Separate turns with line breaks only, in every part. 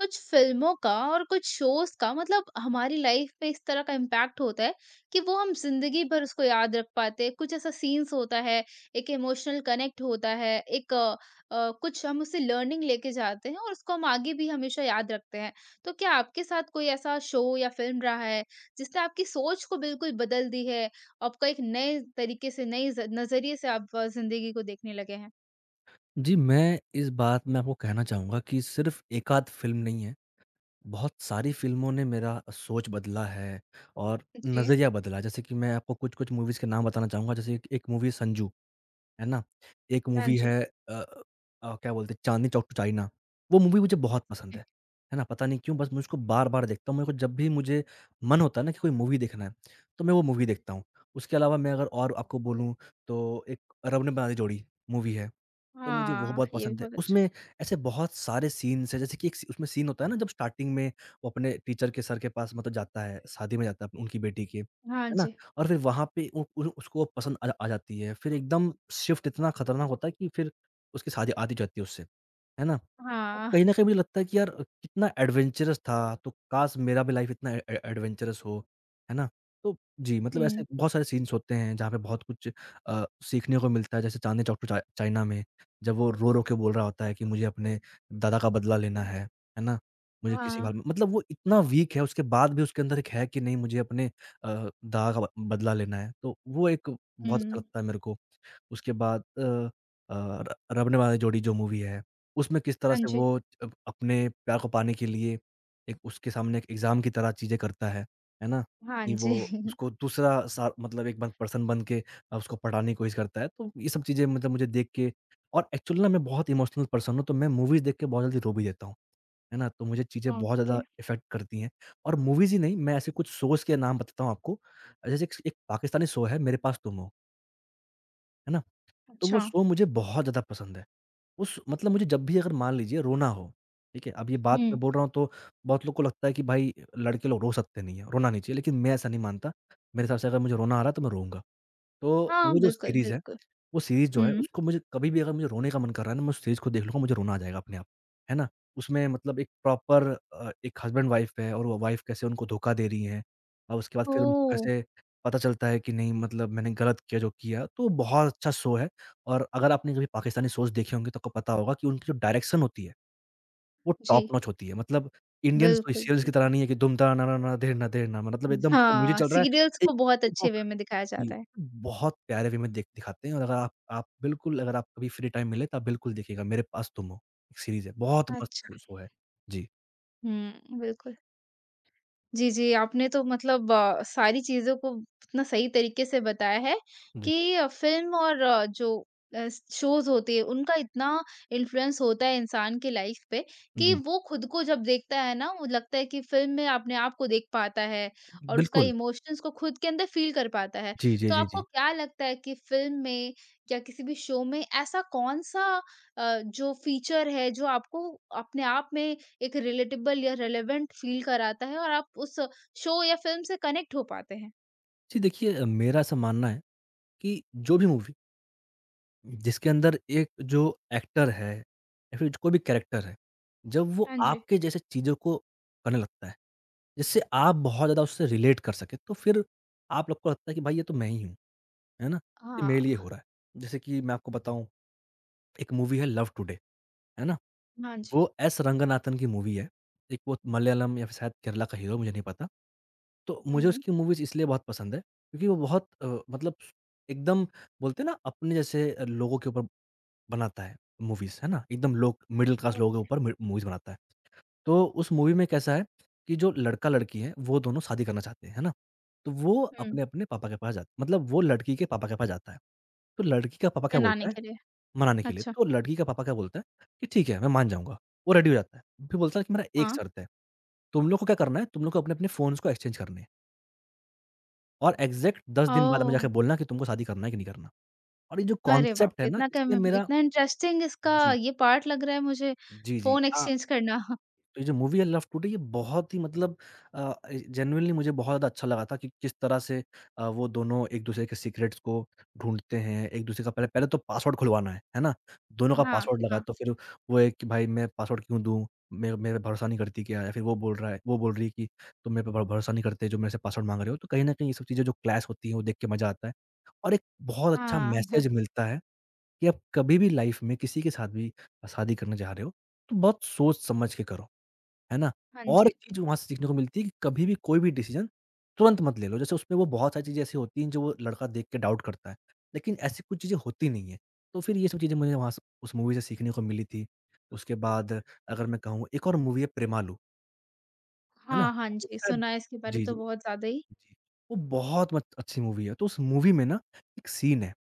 कुछ फ़िल्मों का और कुछ शोज़ का मतलब हमारी लाइफ़ पे इस तरह का इम्पैक्ट होता है कि वो हम ज़िंदगी भर उसको याद रख पाते हैं। कुछ ऐसा सीन्स होता है, एक इमोशनल कनेक्ट होता है, एक कुछ हम उससे लर्निंग लेके जाते हैं और उसको हम आगे भी हमेशा याद रखते हैं। तो क्या आपके साथ कोई ऐसा शो या फ़िल्म रहा है, जिसने आपकी सोच को बिल्कुल बदल दी है? आपका एक नए तरीके से, नए ज़ नज़रिए से आप ज़िंदगी को देखने लगे हैं?
जी, मैं इस बात में आपको कहना चाहूँगा कि सिर्फ़ एकाध फ़िल्म नहीं है, बहुत सारी फ़िल्मों ने मेरा सोच बदला है और
जी। जी।
नज़रिया बदला है। जैसे कि मैं आपको कुछ-कुछ मूवीज़ के नाम बताना चाहूँगा, जैसे एक एक मूवी है संजू, है ना? एक
हाँ
मूवी
जी।
है क्या बोलते हैं चांदनी चौक टू चाइना, वो मूवी मुझे
हाँ
बहुत पसंद
जी।
है ना? पता नहीं क्यों बस मैं उसको बार-बार देखता हूँ, मेरे को जब भी मुझे मन होता है ना कि कोई मूवी देखना है, तो मैं वो मूवी देखता हूँ। उसके अलावा मैं अगर और आपको बोलूँ तो एक रब ने बना दी जोड़ी मूवी है। तो मुझे वो
हाँ,
बहुत
ये भी
पसंद है।
बहुत अच्छा है।
उसमें ऐसे बहुत सारे सीन्स हैं, जैसे कि एक सी उसमें सीन होता है ना जब स्टार्टिंग में वो अपने टीचर के सर के पास मतलब जाता है, शादी में जाता है उनकी बेटी के,
हाँ
है ना?
जी।
और फिर वहाँ पे उ उ उसको पसंद आ आ जाती है। फिर एकदम शिफ्ट इतना खतरनाक होता है कि फिर उसकी शादी आधी जाती है उससे, है ना? अब
हाँ।
कहीं न कहीं मुझे लगता है कि यार कितना एडवेंचरस था, तो काश मेरा भी लाइफ इतना ए ए एडवेंचरस हो, है ना? तो जी, मतलब ऐसे
हुँ।
बहुत सारे सीन्स होते हैं जहाँ पे बहुत कुछ सीखने को मिलता है जैसे चांदनी चौक टू चा चाइना में। जब वो रो-रो के बोल रहा होता है कि मुझे अपने दादा का बदला लेना है ना? मुझे किसी हाल
हाँ।
में मतलब वो इतना वीक है उसके बाद भी उसके अंदर एक है कि नहीं मुझे अपने दादा का ब बदला लेना है। तो वो एक बहुत अच्छा
हुँ।
लगता है मेरे को। उसके बाद र रबने वाले जोड़ी जो मूवी है, उसमें किस तरह
हाँ
से
जी।
वो अब अपने प्यार को पाने के लिए एक उसके सामने एक एग्ज़ाम की तरह चीज़ें करता है ना?
हाँ
कि वो
जी।
उसको दूसरा सा मतलब एक बन पर्सन बन के उसको पढ़ाने की कोशिश करता है। तो ये सब चीज़ें मतलब मुझे देख के और एक्चुअली ना मैं बहुत इमोशनल पर्सन हूँ, तो मैं मूवीज़ देख के बहुत जल्दी रो भी देता हूँ, है ना? तो मुझे चीज़ें बहुत
ओके।
ज़्यादा इफ़ेक्ट करती हैं और मूवीज़ ही नहीं, मैं ऐसे कुछ शोज़ के नाम बताता हूँ आपको। जैसे एक एक पाकिस्तानी शो है, मेरे पास तुम हो, है ना? तो वो
अच्छा।
शो मुझे बहुत ज़्यादा पसंद है। उस मतलब मुझे जब भी अगर मान लीजिए रोना हो, ठीक है? अब ये बात
हुँ।
मैं बोल रहा हूँ तो बहुत लोग को लगता है कि भाई लड़के लोग रो सकते नहीं हैं, रोना नहीं चाहिए, लेकिन मैं ऐसा नहीं मानता। मेरे हिसाब से अगर मुझे रोना आ रहा है तो मैं रोऊँगा। तो
हाँ,
वो जो
बिल्कुल,
सीरीज़ है,
बिल्कुल।
वो सीरीज़ जो है
हुँ।
उसको मुझे कभी भी अगर मुझे रोने का मन कर रहा है ना, मैं उस सीरीज़ को देख लूँगा मुझे रोना आ जाएगा अपने आप। है ना? उसमें मतलब एक प्रॉपर एक हस्बैंड-वाइफ है और वो वाइफ कैसे उनको धोखा दे रही है और उसके बाद फिर उनको
ओह!
कैसे पता चलता है कि नहीं मतलब मैंने गलत किया जो किया, तो बहुत अच्छा शो है और अगर आपने कभी पाकिस्तानी शोज़ देखे होंगे तो आपको पता होगा कि उनकी जो डायरेक्शन होती है, वो
जी,
टॉप नॉच होती है। मतलब इंडियन
बिल्कुल,
सीरियल्स की तरह
बिल्कुल।
नहीं है कि धूम-धाम, ना, ना, ना, धीर, ना, धीर, ना मतलब एकदम म्यूज़िक
हाँ,
चल रहा है।
सीरियल्स
एक
को बहुत अच्छे वे में दिखाया
जी।
जाता है।
बहुत प्यारे वे में देख दिखाते हैं और अगर आप बिल्कुल अगर आप कभी फ्री टाइम मिले तो आप बिल्कुल देखिएगा, मेरे पास तुम हो, एक सीरीज़ है, बहुत
अच्छा।
मस्त शो है। जी,
हुँ, बिल्कुल। जी, जी, आपने तो मतलब सारी चीज़ों को इतना सही तरीके से बताया है
जी,
कि फ़िल्म और जो शोज़ होते हैं, उनका इतना इन्फ्लुएंस होता है इंसान की लाइफ़ पे कि
जी।
वो खुद को जब देखता है ना, वो लगता है कि फ़िल्म में अपने आप को देख पाता है और उसका
बिल्कुल।
इमोशंस को खुद के अंदर फ़ील कर पाता है।
जी, जी,
तो
जी,
आपको
जी।
क्या लगता है कि फ़िल्म में या किसी भी शो में ऐसा कौन-सा जो फ़ीचर है, जो आपको अपने आप में एक रिलेटेबल या रिलेवेंट फ़ील कराता है और आप उस शो या फ़िल्म से कनेक्ट हो पाते हैं।
जी, देखिए मेरा ऐसा मानना है कि जो भी मूवी जिसके अंदर एक जो एक्टर है या फिर कोई भी कैरेक्टर है, जब वो
हाँ जी।
आपके जैसे चीज़ों को करने लगता है, जिससे आप बहुत ज़्यादा उससे रिलेट कर सकें, तो फिर आप लोग को लगता है कि भाई ये तो मैं ही हूँ, है ना? ये मेरे
हाँ।
लिए हो रहा है। जैसे कि मैं आपको बताऊँ एक मूवी है लव टुडे, है ना?
हाँ जी।
वो एस रंगनाथन की मूवी है। एक वो मलयालम या फिर शायद केरला का हीरो है, मुझे नहीं पता। तो मुझे
हुँ,
उसकी मूवीज़ इसलिए बहुत पसंद है, क्योंकि वो बहुत मतलब एकदम बोलते हैं ना अपने जैसे लोगों के ऊपर बनाता है मूवीज़, है ना? एकदम लोग मिडल क्लास लोगों के
ओके।
ऊपर मि मूवीज़ बनाता है। तो उस मूवी में कैसा है कि जो लड़का-लड़की है, वो दोनों शादी करना चाहते हैं, है ना? तो वो
हुँ,
अपने-अपने पापा के पास जाते मतलब वो लड़की के पापा के पास जाता है। तो लड़की का पापा क्या
बनाने
बोलता है
के लिए।
मनाने के लिए,
अच्छा,
तो लड़की का पापा क्या बोलते हैं कि ठीक है मैं मान जाऊँगा, वो रेडी हो जाता है। फिर बोलता है कि मेरा एक
हाँ।
शर्त है, तुम लोग को क्या करना है, तुम लोग को अपने-अपने फ़ोन्स को एक्सचेंज करने हैं और एग्ज़ैक्ट 10 दिन बाद हमें
ओह!
जाके बोलना कि तुमको शादी करना है कि नहीं करना। और ये जो
अरे बाप
कॉन्सेप्ट है
रे!
ना
इतना कम
इसने मेरा
इतना इंटरेस्टिंग इसका
जी,
ये पार्ट लग रहा है मुझे
जी, जी।
फ़ोन एक्सचेंज करना। हाँ,
तो ये जो मूवी है लव टुडे ये बहुत ही मतलब जेनुइनली मुझे बहुत ज़्यादा अच्छा लगा था कि किस तरह से वो दोनों एक-दूसरे के सीक्रेट्स को ढूँढते हैं, एक-दूसरे का पहले पहले तो पासवर्ड खुलवाना है ना? दोनों का
हाँ।
पासवर्ड लगा तो फिर वो एक कि भाई मैं पासवर्ड क्यों दूँ? मेरे मेरे पे भरोसा नहीं करती क्या? या फिर वो बोल रहा है वो बोल रही है कि तुम मेरे पे भर भरोसा नहीं करते जो मेरे से पासवर्ड माँग रहे हो। तो कहीं न कहीं ये सब चीज़ें जो क्लैश होती हैं वो देख के मज़ा आता है। और एक बहुत अच्छा
हाँ। हाँ
मैसेज मिलता है कि आप कभी भी लाइफ़ में किसी के साथ भी शादी करने जा रहे हो, तो बहुत सोच समझ के करो। है ना?
हाँ
और
जी।
एक चीज़ वहाँ से सीखने को मिलती है कि कभी भी कोई भी डिसीज़न तुरंत मत ले लो। जैसे उसमें वो बहुत सारी चीज़ें ऐसी होती हैं जो वो लड़का देख के डाउट करता है। लेकिन ऐसी कुछ चीज़ें होती नहीं हैं। तो फिर ये सब चीज़ें मुझे वहाँ से उस मूवी से सीखने को मिली थी। उसके बाद अगर मैं कहूँ एक और मूवी है प्रेमालू, है ना?
हाँ, हाँ
ये
जी,
शायद
सुना है इसके बारे
जी, जी,
तो बहुत ज़्यादा ही।
जी। वो बहुत मत अच्छी मूवी है। तो उस मूवी में ना एक सीन है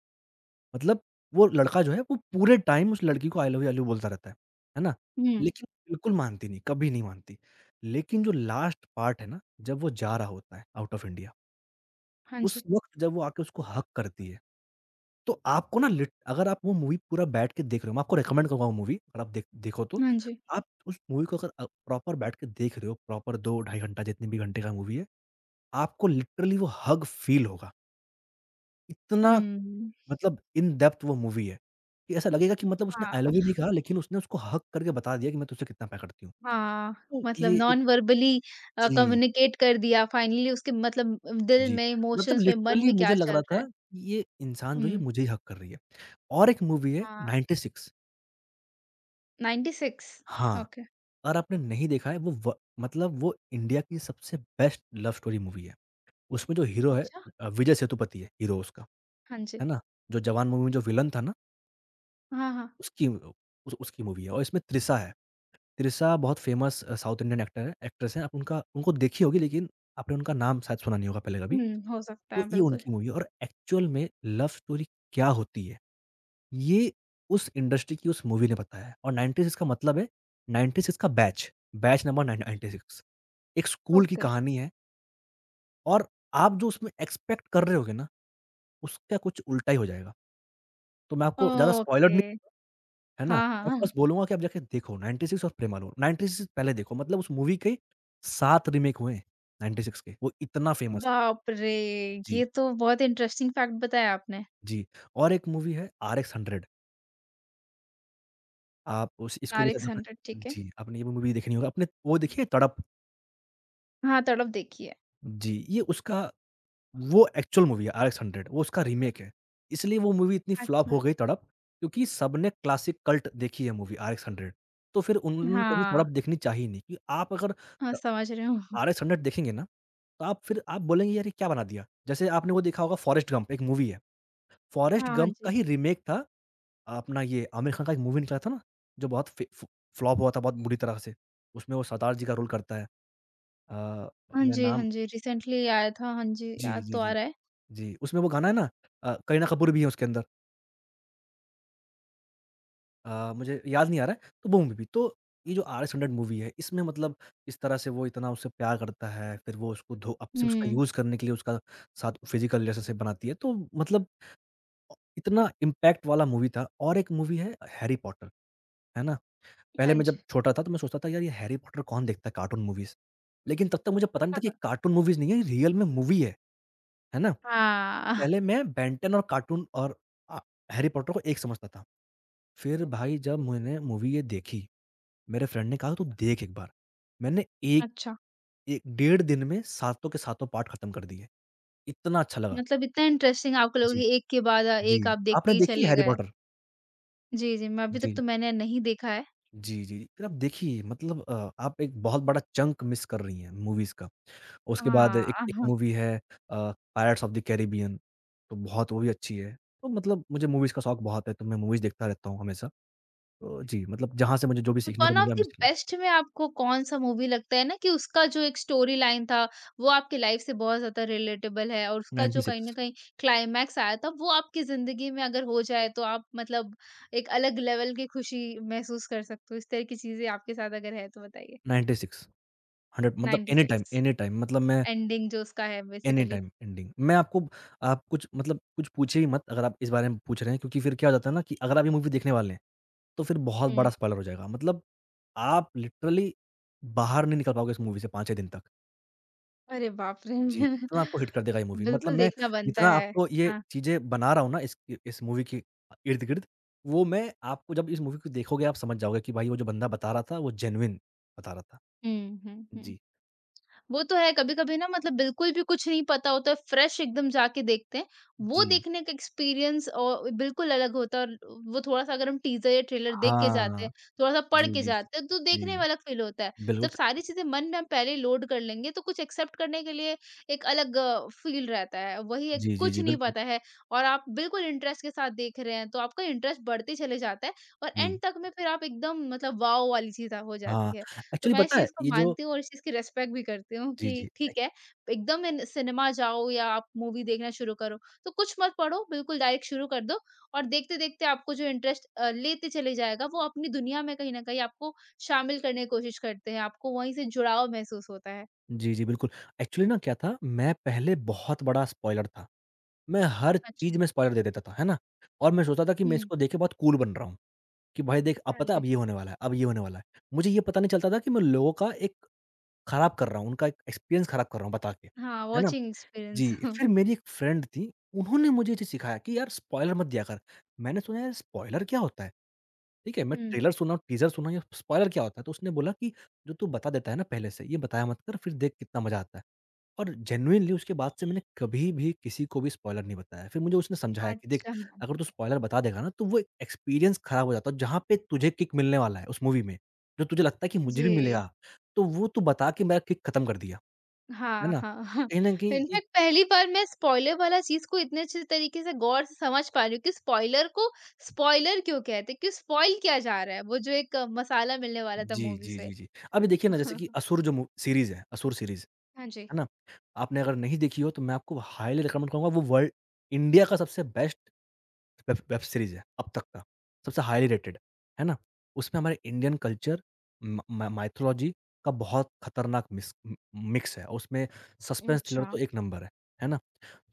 मतलब वो लड़का जो है वो पूरे टाइम उस लड़की को आई लव यू बोलता रहता है। है ना?
हुँ,
लेकिन बिल्कुल मानती नहीं, कभी नहीं मानती। लेकिन जो लास्ट पार्ट है ना, जब वो जा रहा होता है आउट ऑफ इंडिया,
हाँ
उस
जी,
वक़्त जब वो आके उसको हग करती है, तो आपको ना लिट अगर आप वो मूवी पूरा बैठ के देख रहे हो, मैं आपको रिकमेंड करूँगा वो मूवी अगर आप देख देखो तो।
हाँ जी।
आप उस मूवी को अगर प्रॉपर बैठ के देख रहे हो, प्रॉपर 2 ढाई घंटा जितने भी घंटे का मूवी है, आपको लिटरली वो हग फ़ील होगा। इतना
हुँ।
मतलब इन डेप्थ वो मूवी है, कि ऐसा लगेगा कि मतलब उसने आई
हाँ।
लव यू नहीं कहा लेकिन उसने उसको हग करके बता दिया कि मैं तुझसे कितना प्यार करती हूँ।
हाँ,
तो
मतलब
ये एक
नॉन वर्बली
जी,
कम्युनिकेट कर दिया फाइनली उसके मतलब दिल
जी।
में,
मतलब
इमोशंस में, मन
लिटरली
में
मुझे
क्या
लग
चल
रहा
रहा
था
है।
कि ये इंसान जो है
हुँ।
मुझे ही हग कर रही है। और एक मूवी है
हाँ,
96
96।
हाँ,
ओके।
अगर आपने नहीं देखा है वो व मतलब वो इंडिया की सबसे बेस्ट लव स्टोरी मूवी है। उसमें जो हीरो है
अच्छा।
विजय सेतुपति है हीरो उसका,
हाँ जी।
है ना? जो जवान मूवी में जो विलन था ना
हाँ, हाँ।
उसकी उ उसकी मूवी है और इसमें तृषा है। तिरसा बहुत फेमस साउथ इंडियन एक्टर है एक्ट्रेस हैं। आप उनका उनको देखी होगी लेकिन आपने उनका नाम शायद सुना नहीं होगा पहले कभी।
हुँ, हो सकता
तो
है,
ये
बिल्कुल।
उनकी मूवी है और एक्चुअल में लव स्टोरी क्या होती है, ये उस इंडस्ट्री की उस मूवी ने बताया है। और 96 का मतलब है 96 का बैच, बैच नंबर 9 96 एक स्कूल की
ओके,
कहानी है और आप जो उसमें एक्सपेक्ट कर रहे होगे ना, उसका कुछ उल्टा ही हो जाएगा। तो मैं आपको ज़्यादा स्पॉइलर
ओके।
है ना?
हाँ,
मैं तो बस
हाँ।
बोलूँगा कि आप जाके देखो 96 और प्रेमालू, 96 पहले देखो मतलब उस मूवी के 7 रीमेक हुए हैं 96 के, वो इतना फेमस है।
बाप रे!
जी,
ये तो बहुत इंटरेस्टिंग फैक्ट बताया आपने।
जी। और एक मूवी है आरएक्स 100 आप उस इसको भी शायद
'नारिक्स 100'
आपने
ठीक है।
जी, आपने ये भी मूवी देखी नहीं होगी आपने वो देखी है तड़प?
हाँ, तड़प देखी है।
जी, ये उसका वो एक्चुअल मूवी है आरएक्स 100। वो उसका रीमेक है। इसलिए वो मूवी इतनी फ्लॉप
अच्छा।
हो गई तड़प क्योंकि सबने क्लासिक कल्ट देखी है मूवी आरएक्स 100। तो फिर उन्होंने कभी
हाँ,
तड़प देखनी चाहिए नहीं क्योंकि आप अगर
हाँ
त
समझ रही हूँ।
आरएक्स हंड्रेड देखेंगे ना, तो आप फिर आप बोलेंगे यार ये क्या बना दिया? जैसे आपने वो देखा होगा फॉरेस्ट गंप एक मूवी है। फॉरेस्ट
हाँ, हाँ
गंप का
जी।
ही रीमेक था अपना ये आमिर खान का एक मूवी निकला था ना, जो बहुत फे फ फ्लॉप हुआ था बहुत बुरी तरह से। उसमें वो सरदार जी का रोल करता है। अ,
हाँ
मैं
जी, हाँ
नाम
जी, रिसेंटली आया था। हाँ जी,
जी,
याद
जी,
तो आ
जी,
रहा है।
जी। उसमें वो गाना है ना। करीना कपूर भी है उसके अंदर। मुझे याद नहीं आ रहा है, तो वो मूवी भी। तो ये जो आरएक्स हंड्रेड मूवी है, इसमें मतलब इस तरह से वो इतना उससे प्यार करता है, फिर वो उसको धो अब से उसका
हुँ।
यूज़ करने के लिए उसका साथ फिजिकल रिलेशनशिप बनाती है। तो मतलब इतना इम्पैक्ट वाला मूवी था। और एक मूवी है हैरी पॉटर, है ना? पहले
हाँ
मैं
जी।
जब छोटा था तो मैं सोचता था यार ये हैरी पॉटर कौन देखता है कार्टून मूवीज़? लेकिन तब तक मुझे पता नहीं था कि
हाँ,
ये कार्टून मूवीज़ नहीं है, ये रियल में मूवी है ना?
हाँ,
पहले मैं बेन 10 और कार्टून और अ, हैरी पॉटर को एक समझता था। फिर भाई जब मैंने मूवी ये देखी, मेरे फ्रेंड ने कहा तू देख एक बार। मैंने एक
अच्छा।
एक डेढ़ दिन में सातों के सातों पार्ट खत्म कर दिए। इतना अच्छा लगा।
मतलब इतना इंटरेस्टिंग आपको लोगों
जी,
की एक के बाद एक
जी।
आप
आपने
देखते ही
देखी है
चले
हैरी
गए।
पॉटर?
जी, जी, मैं अभी तक
जी।
तो मैंने नहीं देखा है।
जी, जी। फिर आप देखिए मतलब आप एक बहुत बड़ा चंक मिस कर रही हैं मूवीज़ का। उसके बाद
हाँ,
एक एक
हाँ।
मूवी है पायरेट्स ऑफ द कैरिबियन, तो बहुत वो भी अच्छी है। तो मतलब मुझे मूवीज़ का शौक बहुत है, तो मैं मूवीज़ देखता रहता हूँ हमेशा। तो जी, मतलब जहाँ से मुझे जो भी सीखने को
वन ऑफ
मिला मैं
द
सीख लेता हूँ।
बेस्ट में आपको कौन-सा मूवी लगता है ना कि उसका जो एक स्टोरी लाइन था, वो आपकी लाइफ से बहुत ज़्यादा रिलेटेबल है और उसका जो कहीं
96,
न कहीं क्लाइमैक्स आया था, वो आपकी ज़िंदगी में अगर हो जाए तो आप मतलब एक अलग लेवल की खुशी महसूस कर सकते हो। इस तरह की चीज़ें आपके साथ अगर है तो बताइए?
96, 100 मतलब
96
एनी टाइम मतलब मैं
एंडिंग जो उसका है
एनी
बेसिकली।
Time ending. मैं आपको आप कुछ मतलब कुछ पूछिए ही मत अगर आप इस बारे में पूछ रहे हैं क्योंकि फिर क्या हो जाता है ना कि अगर आप ये मूवी देखने वाले हैं तो फिर बहुत बड़ा
हुँ।
स्पॉइलर हो जाएगा। मतलब आप लिटरली बाहर नहीं निकल पाओगे इस मूवी से 5-6 दिन तक।
अरे बाप रे!
जी, इतना आपको हिट कर देगा ये मूवी। मतलब
बिल्कुल
मैं
देखना बनता
जितना
है।
आपको ये
हाँ।
चीज़ें बना रहा हूँ ना इस मूवी के इर्द-गिर्द, वो मैं आपको जब इस मूवी को देखोगे आप समझ जाओगे कि भाई वो जो बंदा बता रहा था वो जेन्युइन बता रहा था।
हुँ, हुँ, हुँ।
जी।
वो तो है, कभी-कभी ना मतलब बिल्कुल भी कुछ नहीं पता होता है, फ्रेश एकदम जाके देखते हैं, वो
जी।
देखने का एक्सपीरियंस औ बिल्कुल अलग होता है और वो थोड़ा-सा अगर हम टीज़र या ट्रेलर देख के जाते
हाँ।
हैं, थोड़ा-सा
जी,
पढ़ के
जी, जी।
जाते हैं, तो
जी,
देखने में अलग फ़ील होता है।
बिल्कुल।
जब सारी चीज़ें मन में हम पहले ही लोड कर लेंगे, तो कुछ एक्सेप्ट करने के लिए एक अलग फ़ील रहता है। वही एक
जी, जी,
कुछ
जी,
नहीं
बिल्कुल।
पता है और आप बिल्कुल इंटरेस्ट के साथ देख रहे हैं, तो आपका इंटरेस्ट बढ़ते चले जाता है और
जी।
एंड तक में फिर आप एकदम मतलब वॉव वाली चीज़ हो
हाँ,
जाती है। तो
एक्चुअली
मैं इस
पता है
चीज़ को
ये जो
मानती हूँ और इस चीज़ की रिस्पेक्ट भी करती हूँ
जी,
कि
जी।
ठीक है, एकदम इन सिनेमा जाओ या आप मूवी देखना शुरू करो, तो कुछ मत पढ़ो, बिल्कुल डायरेक्ट शुरू कर दो और देखते-देखते आपको जो इंटरेस्ट लेते चले जाएगा, वो अपनी दुनिया में कहीं न कहीं आपको शामिल करने की कोशिश करते हैं, आपको वहीं से जुड़ाव महसूस होता है।
जी, जी, बिल्कुल। एक्चुअली ना क्या था, मैं पहले बहुत बड़ा स्पॉइलर था। मैं हर
अच्छा।
चीज़ में स्पॉइलर दे देता था, है ना? और मैं सोचता था कि मैं
हुँ।
इसको देख के बहुत कूल बन रहा हूँ, कि भाई देख अब
हाँ
पता है अब
जी।
ये होने वाला है, अब ये होने वाला है। मुझे ये पता नहीं चलता था कि मैं लोगों का एक खराब कर रहा हूँ, उनका एक एक्सपीरियंस खराब कर रहा हूँ बता के,
हाँ,
है ना?
Watching experience.
जी, फिर मेरी एक फ्रेंड थी, उन्होंने मुझे ये चीज़ सिखाया कि यार स्पॉइलर मत दिया कर। मैंने सुना यार स्पॉइलर क्या होता है? ठीक है, मैं
हुँ।
ट्रेलर सुना, टीज़र सुना, ये स्पॉइलर क्या होता है? तो उसने बोला कि जो तू बता देता है ना पहले से, ये बताया मत कर फिर देख कितना मज़ा आता है। और जेनुइनली उसके बाद से मैंने कभी भी किसी को भी स्पॉइलर नहीं बताया। फिर मुझे उसने समझाया कि देख
अच्छा।
अगर तू स्पॉइलर बता देगा ना तो वो एक एक्सपीरियंस खराब हो जाता है जहाँ पे तुझे किक मिलने वाला है उस मूवी में। जो तुझे लगता है कि मुझे
जी।
भी मिलेगा, तो वो तू बता के मेरा किक खत्म कर दिया। है
हाँ,
ना?
हाँ,
तो
हाँ।
कहीं न कहीं ये
इनफैक्ट पहली बार मैं स्पॉइलर वाला चीज़ को इतने अच्छे तरीके से गौर से समझ पा रही हूँ कि स्पॉइलर को स्पॉइलर क्यों कहते हैं, क्यों स्पॉइल किया जा रहा है, वो जो एक मसाला मिलने वाला था
जी,
मूवी
जी,
से।
जी, जी। अभी देखिए ना जैसे
हाँ।
कि असुर जो मू सीरीज़ है, असुर सीरीज़,
हाँ जी।
है ना? आपने अगर नहीं देखी हो तो मैं आपको हाइली रिकमेंड करूँगा वो वर्ल्ड इंडिया का सबसे बेस्ट वेब वेब सीरीज़ है अब तक का, सबसे हाईली रेटेड, है ना? उसमें हमारे इंडियन कल्चर, म मा माइथोलॉजी का बहुत खतरनाक मिस म मिक्स है, और उसमें सस्पेंस थ्रिलर
अच्छा।
तो एक नंबर है ना?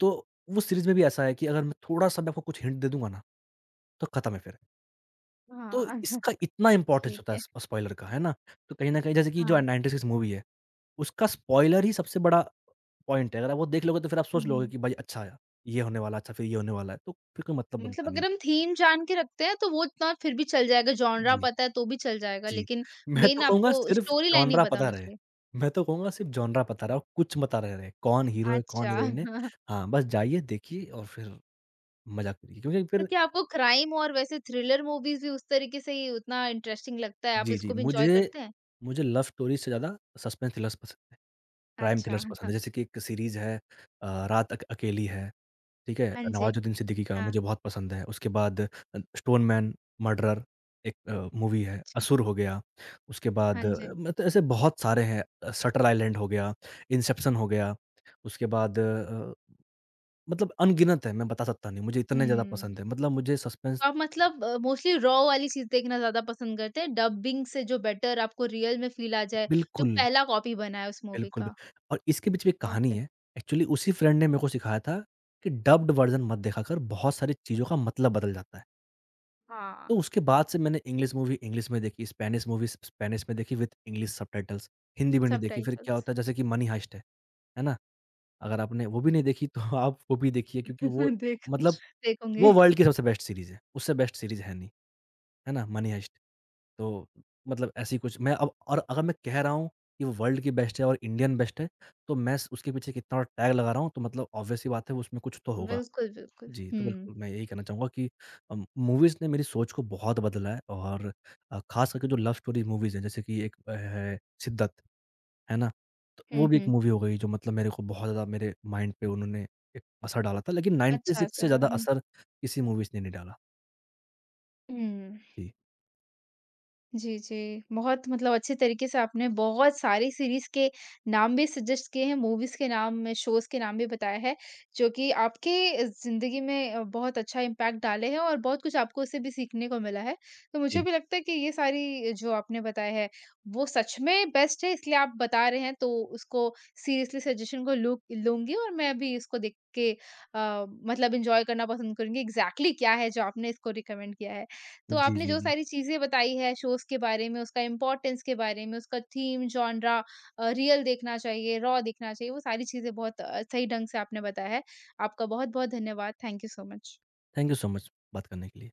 तो वो सीरीज़ में भी ऐसा है कि अगर मैं थोड़ा-सा भी आपको कुछ हिंट दे दूँगा ना, तो खत्म है फिर। तो
हाँ,
इसका इतना इम्पोर्टेंस होता
ठीक
है
है।
स स्पॉइलर का, है ना? तो कहीं न कहीं जैसे कि जो
हाँ।
96 मूवी है, उसका स्पॉइलर ही सबसे बड़ा पॉइंट है, अगर आप वो देख लोगे तो फिर आप सोच लोगे
हुँ।
कि भाई अच्छा, आया ये होने वाला है, अच्छा फिर ये होने वाला है, तो फिर कोई मतलब
मतलब
बनता नहीं
अगर
है।
हम थीम जान के रखते हैं, तो वो इतना फिर भी चल जाएगा, जॉनरा
जी।
पता है तो भी चल जाएगा,
जी,
लेकिन
मैं तो
मेन
कहूँगा
आपको
सिर्फ़
स्टोरी लाइन नहीं
जॉनरा
पता
पता
होना
रहे।
चाहिए।
मैं तो कहूँगा सिर्फ़ जॉनरा पता रहा और कुछ पता रह रहे, कौन हीरो है, कौन
अच्छा।
हीरोइन है। हाँ, बस जाइए, देखिए और फिर मज़ा करिए क्योंकि
तो
फिर
क्या आपको क्राइम और वैसे थ्रिलर मूवीज़ भी उस तरीके से ही उतना इंटरेस्टिंग लगता है, आप
जी, जी,
इसको भी एन्जॉय
मुझे
करते हैं?
मुझे लव स्टोरीज़ से ज़्यादा सस्पेंस थ्रिलर्स पसंद है, क्राइम
अच्छा,
थ्रिलर्स पसंद है। जैसे कि एक सीरीज़ है रात अक अकेली है। ठीक है?
हाँ जी,
नवाजुद्दीन सिद्दीकी का
हाँ,
मुझे बहुत पसंद है। उसके बाद स्टोन मैन मर्डरर एक मूवी है,
अच्छा,
असुर हो गया, उसके
हाँ
बाद
जी,
मतलब ऐसे बहुत सारे हैं। शटर आइलैंड हो गया, इंसेप्शन हो गया, उसके बाद मतलब अनगिनत है, मैं बता सकता नहीं, मुझे इतने ज़्यादा
हुँ।
पसंद है। मतलब मुझे सस्पेंस
तो आप मतलब मोस्टली रॉ वाली चीज़ देखना ज़्यादा पसंद करते हैं, डबिंग से जो बेटर आपको रियल में फ़ील आ जाए, जो
बिल्कुल,
पहला कॉपी बना है उस मूवी
बिल्कुल भी।
का?
और इसके बीच में एक कहानी
ओके।
है, एक्चुअली उसी फ्रेंड ने मेरे को सिखाया था कि डब्ड वर्ज़न मत देखा कर, बहुत सारी चीज़ों का मतलब बदल जाता है।
हाँ,
तो उसके बाद से मैंने इंग्लिश मूवी इंग्लिश में देखी, स्पेनिश मूवी स स्पेनिश में देखी विथ इंग्लिश सबटाइटल्स, हिंदी में नहीं देखी। फिर क्या
सबटाइटल्स।
होता है जैसे कि मनी हाइस्ट है ना? अगर आपने वो भी नहीं देखी तो आप वो भी देखिए क्योंकि वो
देख
मतलब
देखूँगी।
वो वर्ल्ड की सबसे बेस्ट सीरीज़ है, उससे बेस्ट सीरीज़ है नहीं, है ना? मनी हाइस्ट तो मतलब ऐसी कुछ मैं अब। और अगर मैं कह रहा हूँ कि वो वर्ल्ड की बेस्ट है और इंडियन बेस्ट है, तो मैं स उसके पीछे कितना टैग लगा रहा हूँ तो मतलब ऑब्वियस सी बात है उसमें कुछ तो होगा।
बिल्कुल, बिल्कुल।
जी, तो
हुँ,
बिल्कुल मैं यही कहना चाहूँगा कि मूवीज़ ने मेरी सोच को बहुत बदला है और ख़ास करके जो लव स्टोरी मूवीज़ हैं जैसे कि एक है शिद्दत, है ना? तो वो
हुँ,
भी एक
हुँ।
मूवी हो गई जो मतलब मेरे को बहुत ज़्यादा मेरे माइंड पे उन्होंने एक असर डाला था लेकिन
अच्छा
96 से
असर
ज़्यादा
हुँ,
असर किसी मूवीज़ ने नहीं डाला।
हुँ।
जी।
जी, जी। बहुत मतलब अच्छे तरीके से आपने बहुत सारी सीरीज़ के नाम भी सजेस्ट किए हैं, मूवीज़ के नाम, शोज़ के नाम भी बताया है, जो कि आपके ज़िंदगी में बहुत अच्छा इम्पैक्ट डाले हैं और बहुत कुछ आपको उससे भी सीखने को मिला है। तो मुझे
जी।
भी लगता है कि ये सारी जो आपने बताया है, वो सच में बेस्ट है, इसलिए आप बता रहे हैं, तो उसको सीरियसली सजेशन को लू लूँगी और मैं भी इसको देख के मतलब एन्जॉय करना पसंद करूँगी। एग्ज़ैक्टली क्या है जो आपने इसको रिकमेंड किया है। तो
जी,
आपने
जी,
जो
जी।
सारी चीज़ें बताई है शोज़ के बारे में, उसका इम्पोर्टेंस के बारे में, उसका थीम, जॉनरा रियल देखना चाहिए, रॉ देखना चाहिए, वो सारी चीज़ें बहुत सही ढंग से आपने बताया है। आपका बहुत-बहुत धन्यवाद। Thank you so much.
Thank you so much बात करने के लिए।